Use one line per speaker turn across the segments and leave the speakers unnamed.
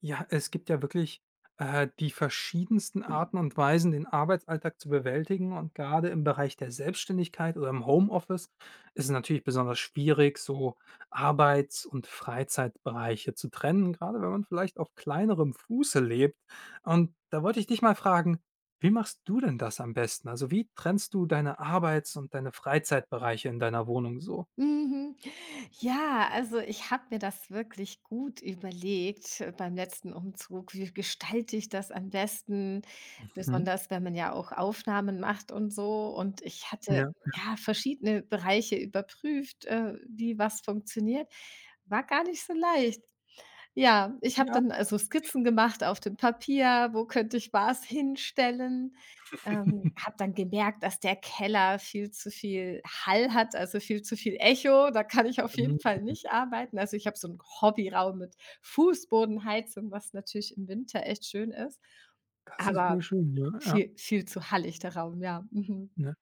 Ja, es gibt ja wirklich, die verschiedensten Arten und Weisen, den Arbeitsalltag zu bewältigen und gerade im Bereich der Selbstständigkeit oder im Homeoffice ist es natürlich besonders schwierig, so Arbeits und Freizeitbereiche zu trennen, gerade, wenn man vielleicht auf kleinerem Fuße lebt. Und da wollte ich dich mal fragen, wie machst du denn das am besten? Also, wie trennst du deine Arbeits und deine Freizeitbereiche in deiner Wohnung so?
Mhm. Ja, also ich habe mir das wirklich gut überlegt beim letzten Umzug. Wie gestalte ich das am besten?
Mhm.
Besonders wenn man ja auch Aufnahmen macht und so. Und ich
Ja.
hatte ja verschiedene Bereiche überprüft, wie was funktioniert. War gar nicht so leicht. Ja, ich habe
Ja.
dann also Skizzen gemacht auf dem Papier, wo könnte ich was hinstellen. Habe dann gemerkt, dass der Keller viel zu viel Hall hat, also viel zu viel Echo. Da kann ich auf jeden
Mhm.
Fall nicht arbeiten. Also ich habe so einen Hobbyraum mit Fußbodenheizung, was natürlich im Winter echt schön ist,
Das ist wohl
aber
schön, ja, ja,
viel zu hallig der Raum, ja. Mhm.
ja.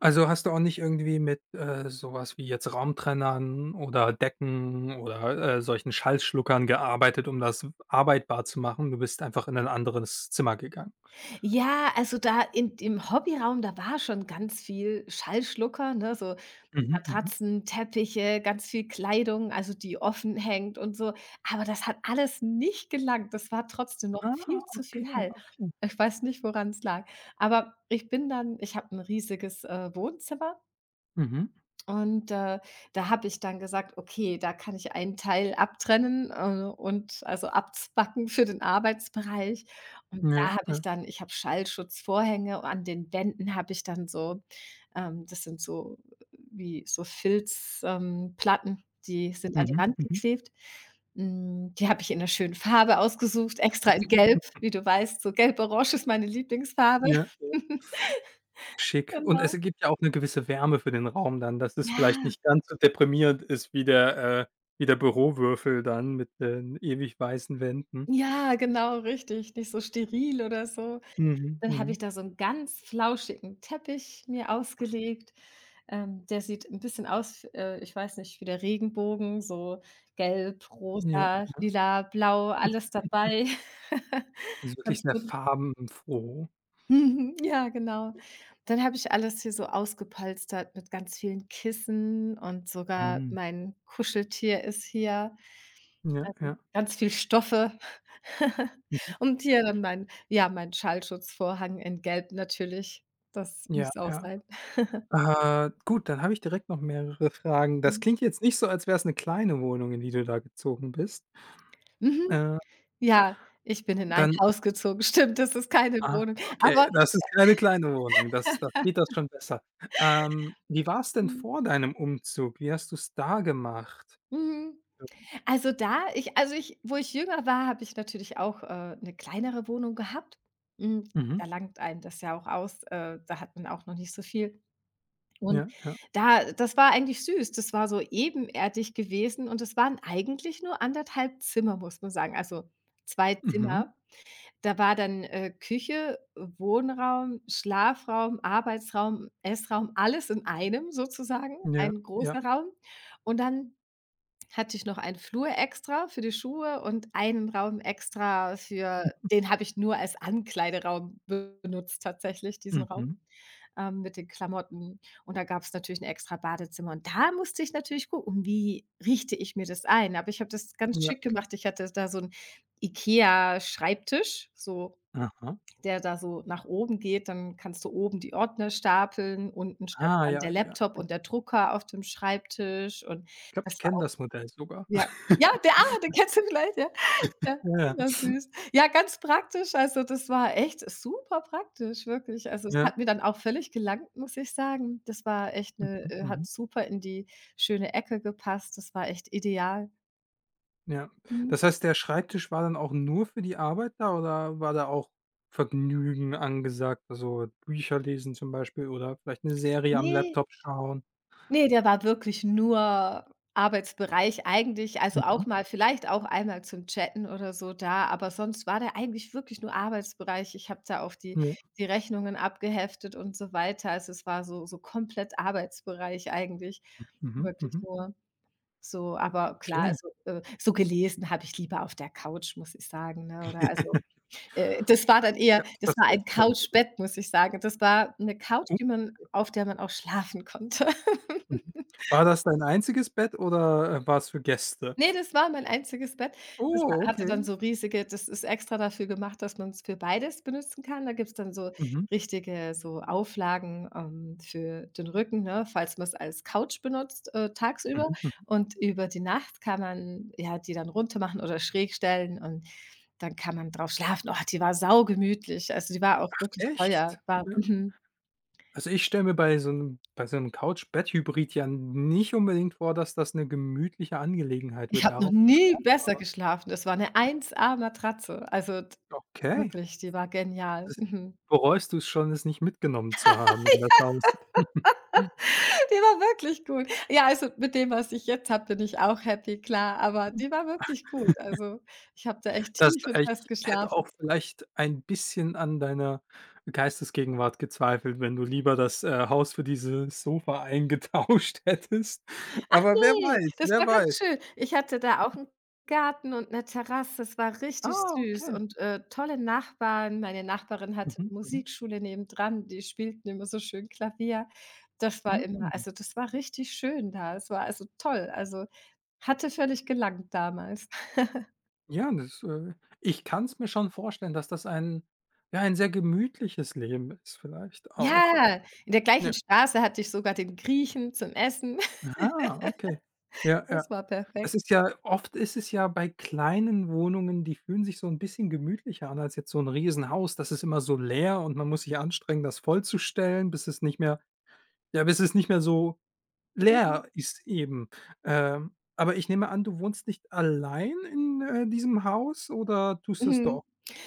Also, hast du auch nicht irgendwie mit, so wie jetzt Raumtrennern oder Decken oder, solchen Schallschluckern gearbeitet, um das arbeitbar zu machen? Du bist einfach in ein anderes Zimmer gegangen?
Ja, also da in im Hobbyraum, da war schon ganz viel Schallschlucker, ne, so
Mhm, mhm.
Matratzen, Teppiche, ganz viel Kleidung, also die offen hängt und so. Aber das hat alles nicht gelangt. Das war trotzdem noch
Ah,
viel zu viel
okay,
Hall.
okay.
Ich weiß nicht, woran es lag. Aber ich bin dann ich habe ein riesiges, Wohnzimmer
Mhm.
und, da habe ich dann gesagt: „Okay, da kann ich einen Teil abtrennen, und also abzwacken für den Arbeitsbereich.“ Und da
Ja,
habe ich
ja.
dann ich habe Schallschutzvorhänge, an den Wänden habe ich dann so das sind so wie so Filzplatten, Platten, die sind an die
Mhm,
Wand
mhm.
geklebt. Die habe ich in einer schönen Farbe ausgesucht, extra in Gelb, wie du weißt, so gelb-orange ist meine Lieblingsfarbe.
Ja, ja. Schick. Und es
Genau.
gibt ja auch eine gewisse Wärme für den Raum dann, dass es vielleicht
Ja.
nicht ganz so deprimierend ist wie der Bürowürfel dann mit den ewig weißen Wänden.
Ja, genau, richtig, nicht so steril oder so.
Mhm,
Dann habe
mhm.
ich da so 'n ganz flauschigen Teppich mir ausgelegt. Der sieht 'n bisschen aus, ich weiß nicht, wie der Regenbogen, so gelb,
Ja,
rosa, lila, blau, alles dabei.
also wirklich
Ganz
sehr
bunt.
farbenfroh.
Mhm, ja, genau. Dann habe ich alles hier so ausgepolstert mit ganz vielen Kissen und sogar
Mhm.
mein Kuscheltier ist hier.
Ja,
Also,
ja.
ganz viel Stoffe
Mhm.
und hier dann mein Schallschutzvorhang in Gelb natürlich. Das
Ja,
muss auch
ja.
sein.
Gut, dann habe ich direkt noch mehrere Fragen. Das
Mhm.
klingt jetzt nicht so, als wäre es 'ne kleine Wohnung, in die du da gezogen bist.
Mhm.
Äh,
Ja, ich bin in ein
dann
Haus gezogen. Stimmt, das ist keine
ah,
Wohnung.
okay,
Aber
das ist keine kleine Wohnung, das geht das schon besser. Wie war's denn
mhm,
vor deinem Umzug? Wie hast du's da gemacht?
mhm. Also, ich wo ich jünger war, habe ich natürlich auch, 'ne kleinere Wohnung gehabt. Hm,
Mhm.
da langt einem das ja auch aus. Da hat man auch noch nicht so viel. Und
Ja, ja.
da das war eigentlich süß. Das war so ebenerdig gewesen und es waren eigentlich nur anderthalb Zimmer, muss man sagen, also 2
Mhm.
Zimmer. Da war dann, Küche, Wohnraum, Schlafraum, Arbeitsraum, Essraum, alles in einem sozusagen,
Ja,
ein
ja.
großer Raum. Und dann hatte ich noch einen Flur extra für die Schuhe und einen Raum extra für
Mhm.
den habe ich nur als Ankleideraum benutzt tatsächlich, diesen Raum
Mhm.
mit den Klamotten. Und da gab es natürlich ein extra Badezimmer. Und da musste ich natürlich gucken, um wie richte ich mir das ein? Aber ich habe das ganz
Ja,
schick
klar.
gemacht. Ich hatte da so 'n IKEA-Schreibtisch, so
Aha.
der da so nach oben geht. Dann kannst du oben die Ordner stapeln. Unten stand
Ah,
dann
ja,
der
ja.
Laptop und der Drucker auf dem Schreibtisch und
Ich glaube, ich
das war
kenne das Modell sogar.
ja. Ja, den kennst du vielleicht, ja. Ja,
Ja,
ja süß. Ja, ganz praktisch, also das war echt super praktisch, wirklich. Also, es
ja.
hat mir dann auch völlig gelangt, muss ich sagen. Das war echt
Mhm,
hat
mhm.
super in die schöne Ecke gepasst. Das war echt ideal.
Ja.
Mhm.
Das heißt, der Schreibtisch war dann auch nur für die Arbeit da oder war da auch Vergnügen angesagt? Also, Bücher lesen zum Beispiel oder vielleicht eine Serie am
Ne.
Laptop schauen?
Ne, der war wirklich nur Arbeitsbereich eigentlich, also mhm,
Mhm.
auch mal vielleicht auch einmal zum Chatten oder so da, aber sonst war der eigentlich wirklich nur Arbeitsbereich. Ich habe da auch die
Ja.
die Rechnungen abgeheftet und so weiter. Also, es war so komplett Arbeitsbereich eigentlich,
Mhm,
wirklich
mhm.
nur so. Aber klar,
Okay.
also, so gelesen habe ich lieber auf der Couch, muss ich sagen, ne? Oder also, das war dann
Ist
eher
ja auch
das
das
war ein
Recht von jedem.
Couchbett, muss ich sagen. Das war 'ne Couch,
Oh,
die man auf der man auch schlafen konnte.
mhm. War das dein einziges Bett oder, war es für Gäste?
Ne, das war mein einziges Bett. Das ha
Oh,
hatte dann
okay.
so riesige das ist extra dafür gemacht, dass man's für beides benutzen kann. Da gibt's dann so
Mhm,
richtige so Auflagen, für den Rücken, ne, falls man's als Couch benutzt, tagsüber.
mhm, mhm.
Und über die Nacht kann man, ja, die dann runter machen oder schräg stellen und dann kann man drauf schlafen. Oh, die war saugemütlich. Also, die war auch wirklich teuer.
Echt?
War
Ja.
mhm.
Also, ich stelle mir bei so einem bei so 'nem Couch-Bett-Hybrid ja nicht unbedingt vor, dass das eine gemütliche Angelegenheit
Ich
wird,
habe noch
darauf zu
nie
schlafen,
besser
aber
geschlafen. Das war 'ne 1A Matratze. Also, d
okay.
wirklich, die war genial.
Das
Mhm.
bereust du es schon, es nicht mitgenommen zu haben in das Haus?
Die war wirklich gut. Ja, also, mit dem, was ich jetzt habe, bin ich auch happy, klar, aber die war wirklich gut. Also, ich habe da echt
Das
tief und
ich
fest
hätte
geschlafen.
auch vielleicht ein bisschen an deiner Geistesgegenwart gezweifelt, wenn du lieber das, Haus für dieses Sofa eingetauscht hättest.
Ach
Aber wer
ne,
weiß,
das
wer
war ganz
weiß.
schön. Ich hatte da auch 'n Garten und 'ne Terrasse. Es war richtig
Ah,
süß
okay.
und, tolle Nachbarn. Meine Nachbarin hatte 'ne
Mhm, mhm.
Musikschule nebendran, die spielten immer so schön Klavier. Das war immer
Hm.
also, das war richtig schön da. Es war, also, toll. Also, hatte völlig gelangt damals.
Ja, das ich kann es mir schon vorstellen, dass das ein sehr gemütliches Leben ist vielleicht auch.
Ja, in der
Ja.
gleichen Straße hatte ich sogar den Griechen zum Essen.
Ah, okay. Ja, ja.
Das war perfekt.
Es ist ja oft ist es ja bei kleinen Wohnungen, die fühlen sich so ein bisschen gemütlicher an als jetzt so ein Riesenhaus. Das ist immer so leer und man muss sich anstrengen, das vollzustellen, bis es nicht mehr ja, bis es nicht mehr so leer ist eben. Aber ich nehme an, du wohnst nicht allein in, diesem Haus oder tust du es doch?
Mhm.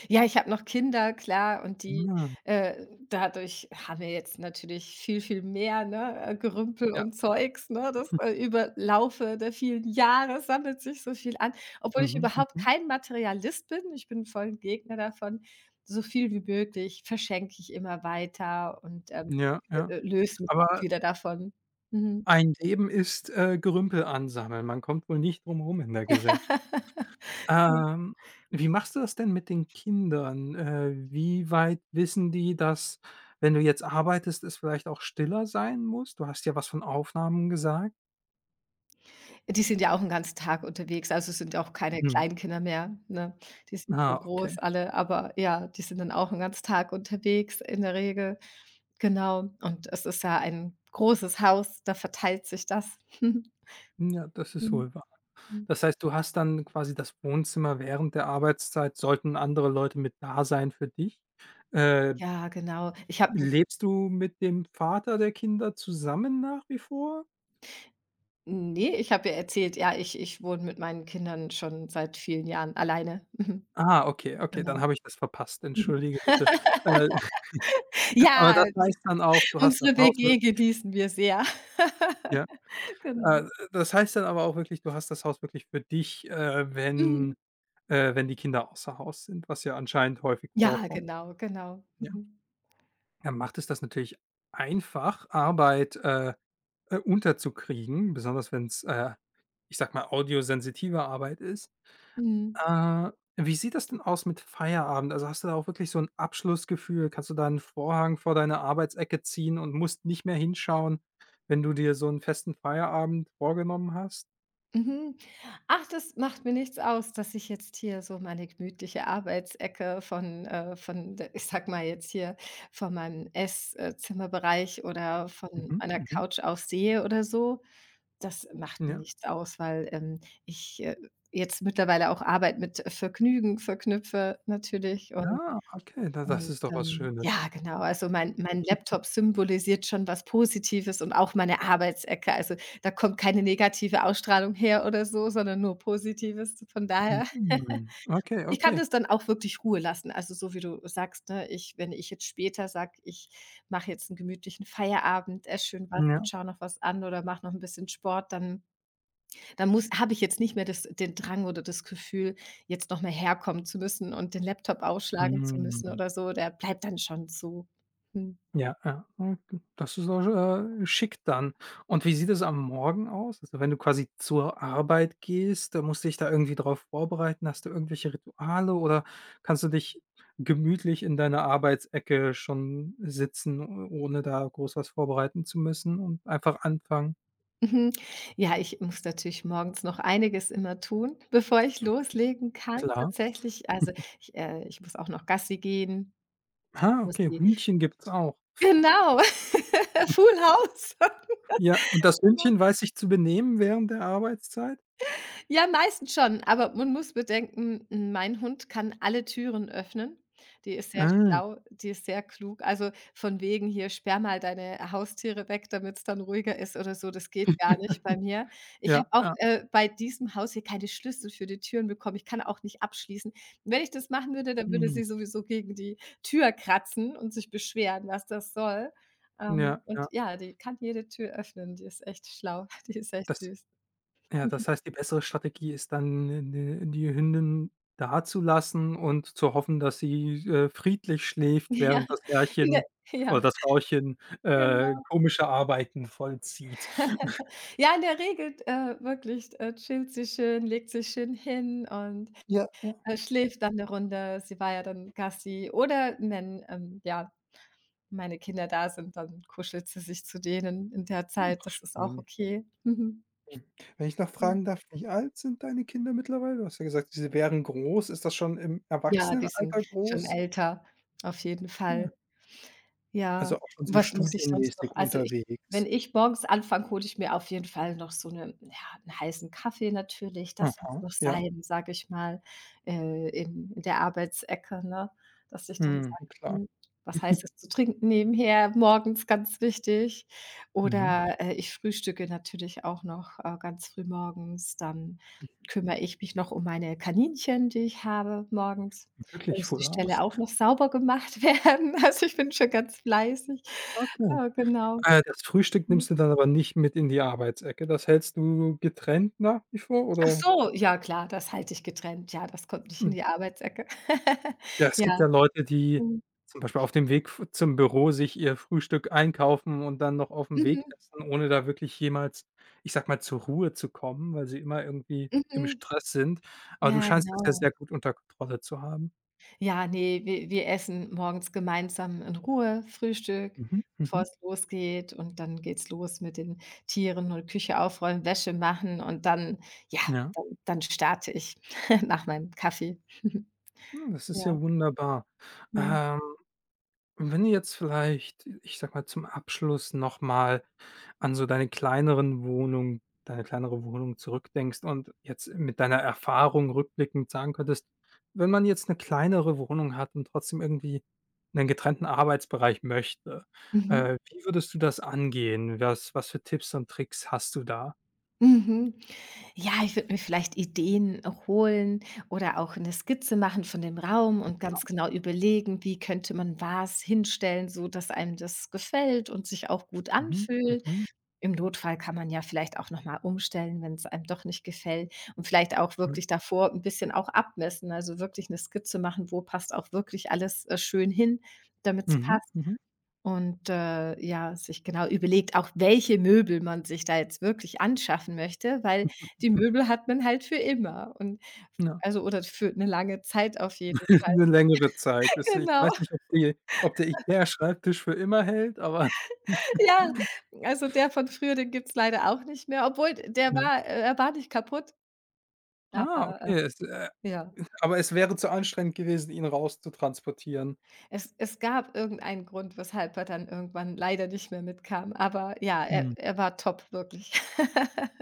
Ja, ich habe noch Kinder, klar, und die
Ah,
dadurch haben wir jetzt natürlich viel, viel mehr, ne, Gerümpel
ja.
und Zeugs, ne? Das, über Laufe der vielen Jahre sammelt sich so viel an, obwohl ich
Mhm,
überhaupt
mhm.
kein Materialist bin. Ich bin voll 'n Gegner davon. So viel wie möglich verschenke ich immer weiter und,
Ja, ja.
löse mich auch
Aber
wieder davon. Mhm.
ein Leben ist, Gerümpel ansammeln. Man kommt wohl nicht drum rum in der Gesellschaft. Ähm, wie machst du das denn mit den Kindern? Wie weit wissen die, dass, wenn du jetzt arbeitest, es vielleicht auch stiller sein muss? Du hast ja was von Aufnahmen gesagt.
Die sind ja auch 'n ganzen Tag unterwegs, also sind ja auch keine
Mhm.
Kleinkinder mehr, ne? Die sind
Ah,
schon
okay.
groß alle, aber ja, die sind dann auch 'n ganzen Tag unterwegs in der Regel. Genau. Und es ist ja ein großes Haus, da verteilt sich das.
Ja, das ist
Mhm.
wohl wahr.
Mhm.
Das heißt, du hast dann quasi das Wohnzimmer während der Arbeitszeit sollten andere Leute mit da sein für dich? Äh
Ja, genau. Ich habe nämlich
Lebst du mit dem Vater der Kinder zusammen nach wie vor?
ne, ich habe ja erzählt, ja, ich wohne mit meinen Kindern schon seit vielen Jahren alleine. Mhm.
Ah, okay, okay, dann
Genau.
habe ich das verpasst.
Mhm.
Entschuldige bitte. Äh, aber das
Ja,
heißt dann auch, du hast das
unsere
Haus
WG
wirklich
genießen wir sehr.
ja,
Genau.
äh, das heißt dann aber auch wirklich, du hast das Haus wirklich für dich,
Mhm.
wenn die Kinder außer Haus sind, was ja anscheinend häufig
Ja,
vorkommt.
genau, genau.
Ja.
Mhm.
Dann macht es das natürlich einfach, Arbeit, unterzukriegen, besonders wenn's, ich sag mal, audiosensitive Arbeit ist.
Mhm.
Äh, Wie sieht das denn aus mit Feierabend? Also, hast du da auch wirklich so 'n Abschlussgefühl? Kannst du da 'n Vorhang vor deine Arbeitsecke ziehen und musst nicht mehr hinschauen, wenn du dir so 'n festen Feierabend vorgenommen hast?
Mhm. Ach, das macht mir nichts aus, dass ich jetzt hier so meine gemütliche Arbeitsecke von d ich sag mal jetzt hier, von meinem Esszimmerbereich oder von
Mhm,
meiner
mhm.
Couch aus sehe oder so. Das macht mir
Ja.
nichts aus, weil, ich, jetzt mittlerweile auch Arbeit mit Vergnügen verknüpfe natürlich und
Ah, okay, da das ist doch was Schönes.
Ja, genau, also mein Laptop symbolisiert schon was Positives und auch meine Arbeitsecke. Also, da kommt keine negative Ausstrahlung her oder so, sondern nur Positives. Von daher
Mhm. Okay,
ich kann
okay.
das dann auch wirklich Ruhe lassen. Also, so wie du sagst, ne, ich wenn ich jetzt später sage, ich mache jetzt einen gemütlichen Feierabend, esse schön was
Ja.
und schaue noch was an oder mache noch ein bisschen Sport, dann da muss habe ich jetzt nicht mehr das den Drang oder das Gefühl, jetzt noch mal herkommen zu müssen und den Laptop ausschlagen zu
Mhm.
müssen oder so. Der bleibt dann schon so. Mhm.
Ja, ja. Hm, das ist auch, schick dann. Und wie sieht es am Morgen aus? Also, wenn du quasi zur Arbeit gehst, musst du dich da irgendwie drauf vorbereiten? Hast du irgendwelche Rituale oder kannst du dich gemütlich in deiner Arbeitsecke schon sitzen, o ohne da groß was vorbereiten zu müssen und einfach anfangen?
Mhm. Ja, ich muss natürlich morgens noch einiges immer tun, bevor ich loslegen kann
Klar.
tatsächlich. Also, ich muss auch noch Gassi gehen,
Ah,
muss
okay,
die
Hündchen gibt's auch.
genau, Full House.
Ja, und das Hündchen weiß sich zu benehmen während der Arbeitszeit?
Ja, meistens schon, aber man muss bedenken, mein Hund kann alle Türen öffnen. Die ist sehr
Ah,
schlau, die ist sehr klug. Also, von wegen hier: „Sperr mal deine Haustiere weg, damit es dann ruhiger ist“ oder so, das geht gar nicht bei mir. Ich habe
ja,
auch,
ja.
bei diesem Haus hier keine Schlüssel für die Türen bekommen. Ich kann auch nicht abschließen. Wenn ich das machen würde, dann würde
Mhm.
sie sowieso gegen die Tür kratzen und sich beschweren, was das soll.
Ja, ja.
Und ja, die kann jede Tür öffnen. Die ist echt schlau. Die ist echt
Das
süß.
Ja, das heißt, die bessere Strategie ist dann, die Hündin dazulassen und zu hoffen, dass sie, friedlich schläft,
Ja,
während das
in der
Herrchen oder
ja,
das Frauchen,
genau.
komische Arbeiten vollzieht.
Ja, in der Regel, wirklich, chillt sie schön, legt sich schön hin und,
Ja, ja.
schläft dann 'ne Runde. Sie war ja dann Gassi oder wenn, ja, meine Kinder da sind, dann kuschelt sie sich zu denen in der Zeit.
Ach,
Das ist auch
schön.
okay. Mhm.
Hm. Wenn ich noch
Mhm.
fragen darf, wie alt sind deine Kinder mittlerweile? Du hast ja gesagt, sie wären groß. Ist das schon im
Ja, die sind
Erwachsenenalter
schon
groß?
älter, auf jeden
Hm.
Fall.
Also,
Ja,
auch schon so
was muss ich sonst
studienmäßig
noch also, ich wenn
unterwegs?
ich morgens anfange, hole ich mir auf jeden Fall noch so eine, ja, einen heißen Kaffee natürlich, das muss
Aha.
noch
Ja,
sein, sage ich mal, in der Arbeitsecke, ne? Dass ich dann
Mhm.
sage:
klar.
„Hm, was heißt es zu trinken nebenher, morgens ganz wichtig.“
Mhm.
Oder, ich frühstücke natürlich auch noch, ganz früh morgens. Dann kümmere ich mich noch um meine Kaninchen, die ich habe morgens. Da
Wirklich
müssen
früh
die Ställe
raus.
auch noch sauber gemacht werden. Also, ich bin schon ganz fleißig.
Okay.
Ah, genau.
Das Frühstück nimmst
Mhm.
du dann aber nicht mit in die Arbeitsecke. Das hältst du getrennt nach wie vor,
Ach
oder?
so, ja klar, das halte ich getrennt. Ja, das kommt nicht in
Mhm.
die Arbeitsecke.
Ja, es gibt ja
Ja.
Leute, die
Mhm.
zum Beispiel auf dem Weg f zum Büro sich ihr Frühstück einkaufen und dann noch aufm Weg
Mhm.
essen, ohne da wirklich jemals, ich sage mal, zur Ruhe zu kommen, weil sie immer irgendwie im
Mhm.
Stress sind. Aber du
Ja,
scheinst das ja
genau.
sehr gut unter Kontrolle zu haben.
Ja, ne, wir essen morgens gemeinsam in Ruhe Frühstück,
Mhm,
bevor
mhm.
es losgeht und dann geht's los mit den Tieren und Küche aufräumen, Wäsche machen und dann ja,
Ja,
dann starte ich nach meinem Kaffee.
hm, das ist
Ja.
ja wunderbar.
Mhm.
Ähm Und wenn du jetzt vielleicht, ich sag mal, zum Abschluss noch mal an so deine kleinere Wohnung zurückdenkst und jetzt mit deiner Erfahrung rückblickend sagen könntest, wenn man jetzt eine kleinere Wohnung hat und trotzdem irgendwie einen getrennten Arbeitsbereich möchte,
Mhm.
wie würdest du das angehen? Was für Tipps und Tricks hast du da?
Mhm. Ja, ich würde mir vielleicht Ideen holen oder auch eine Skizze machen von dem Raum und ganz genau überlegen, wie könnte man was hinstellen, so dass einem das gefällt und sich auch gut
Mhm,
anfühlt.
mhm,
Im Notfall kann man ja vielleicht auch noch mal umstellen, wenn es einem doch nicht gefällt und vielleicht auch
mhm,
wirklich davor ein bisschen auch abmessen, also wirklich eine Skizze machen, wo passt auch wirklich alles, schön hin, damit es
mhm,
passt.
mhm,
Und, ja, sich genau überlegt, auch welche Möbel man sich da jetzt wirklich anschaffen möchte, weil die Möbel hat man halt für immer und
mhm, ja.
also oder für eine lange Zeit auf jeden Fall.
'Ne längere Zeit. Das ich
Genau,
weiß nicht, ob die ob der IKEA-Schreibtisch für immer hält, aber
ja. Also, der von früher, den gibt's leider auch nicht mehr, obwohl der
ja.
war er war nicht kaputt,
Ah,
aber,
okay.
ja,
Aber es wäre zu anstrengend gewesen, ihn rauszutransportieren.
es gab irgendeinen Grund, weshalb er dann irgendwann leider nicht mehr mitkam, aber ja,
Mhm.
er war top, wirklich.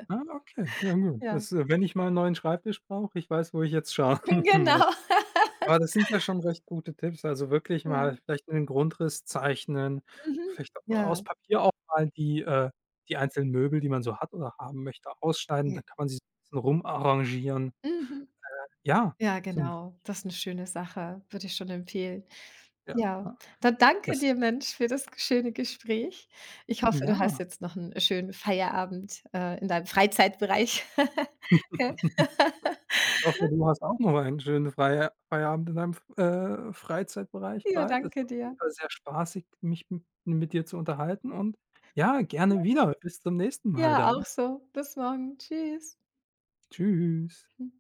Ah, okay. Ja gut.
Ja,
Wenn ich mal 'n neuen Schreibtisch brauche, ich weiß, wo ich jetzt schauen muss.
genau.
Aber das sind ja schon recht gute Tipps. Also, wirklich
Ja,
mal vielleicht einen Grundriss zeichnen,
mhm.
vielleicht aus
Ja,
Papier auch mal die die einzelnen Möbel, die man so hat oder haben möchte, ausschneiden, dann kann man sie so 'n bisschen rumarrangieren.
mhm.
Ja,
Ja,
so 'n
genau. Das ist eine schöne Sache, würde ich schon empfehlen.
ja,
Ja,
ah,
dann danke
das
dir, Mensch, für das schöne Gespräch. Ich hoffe, du hast
ja.
jetzt noch einen schönen Feierabend, in deinem Freizeitbereich. Okay.
Ich hoffe, du hast auch noch einen schönen Frei Feierabend in deinem, F Freizeitbereich
Ja,
bald. Es
danke
war auf jeden
dir.
Fall sehr spaßig, mich m mit dir zu unterhalten und ja, gerne wieder. Bis zum nächsten Mal
Ja,
dann.
auch so. Bis morgen. Tschüss.
Tschüss.
Hm.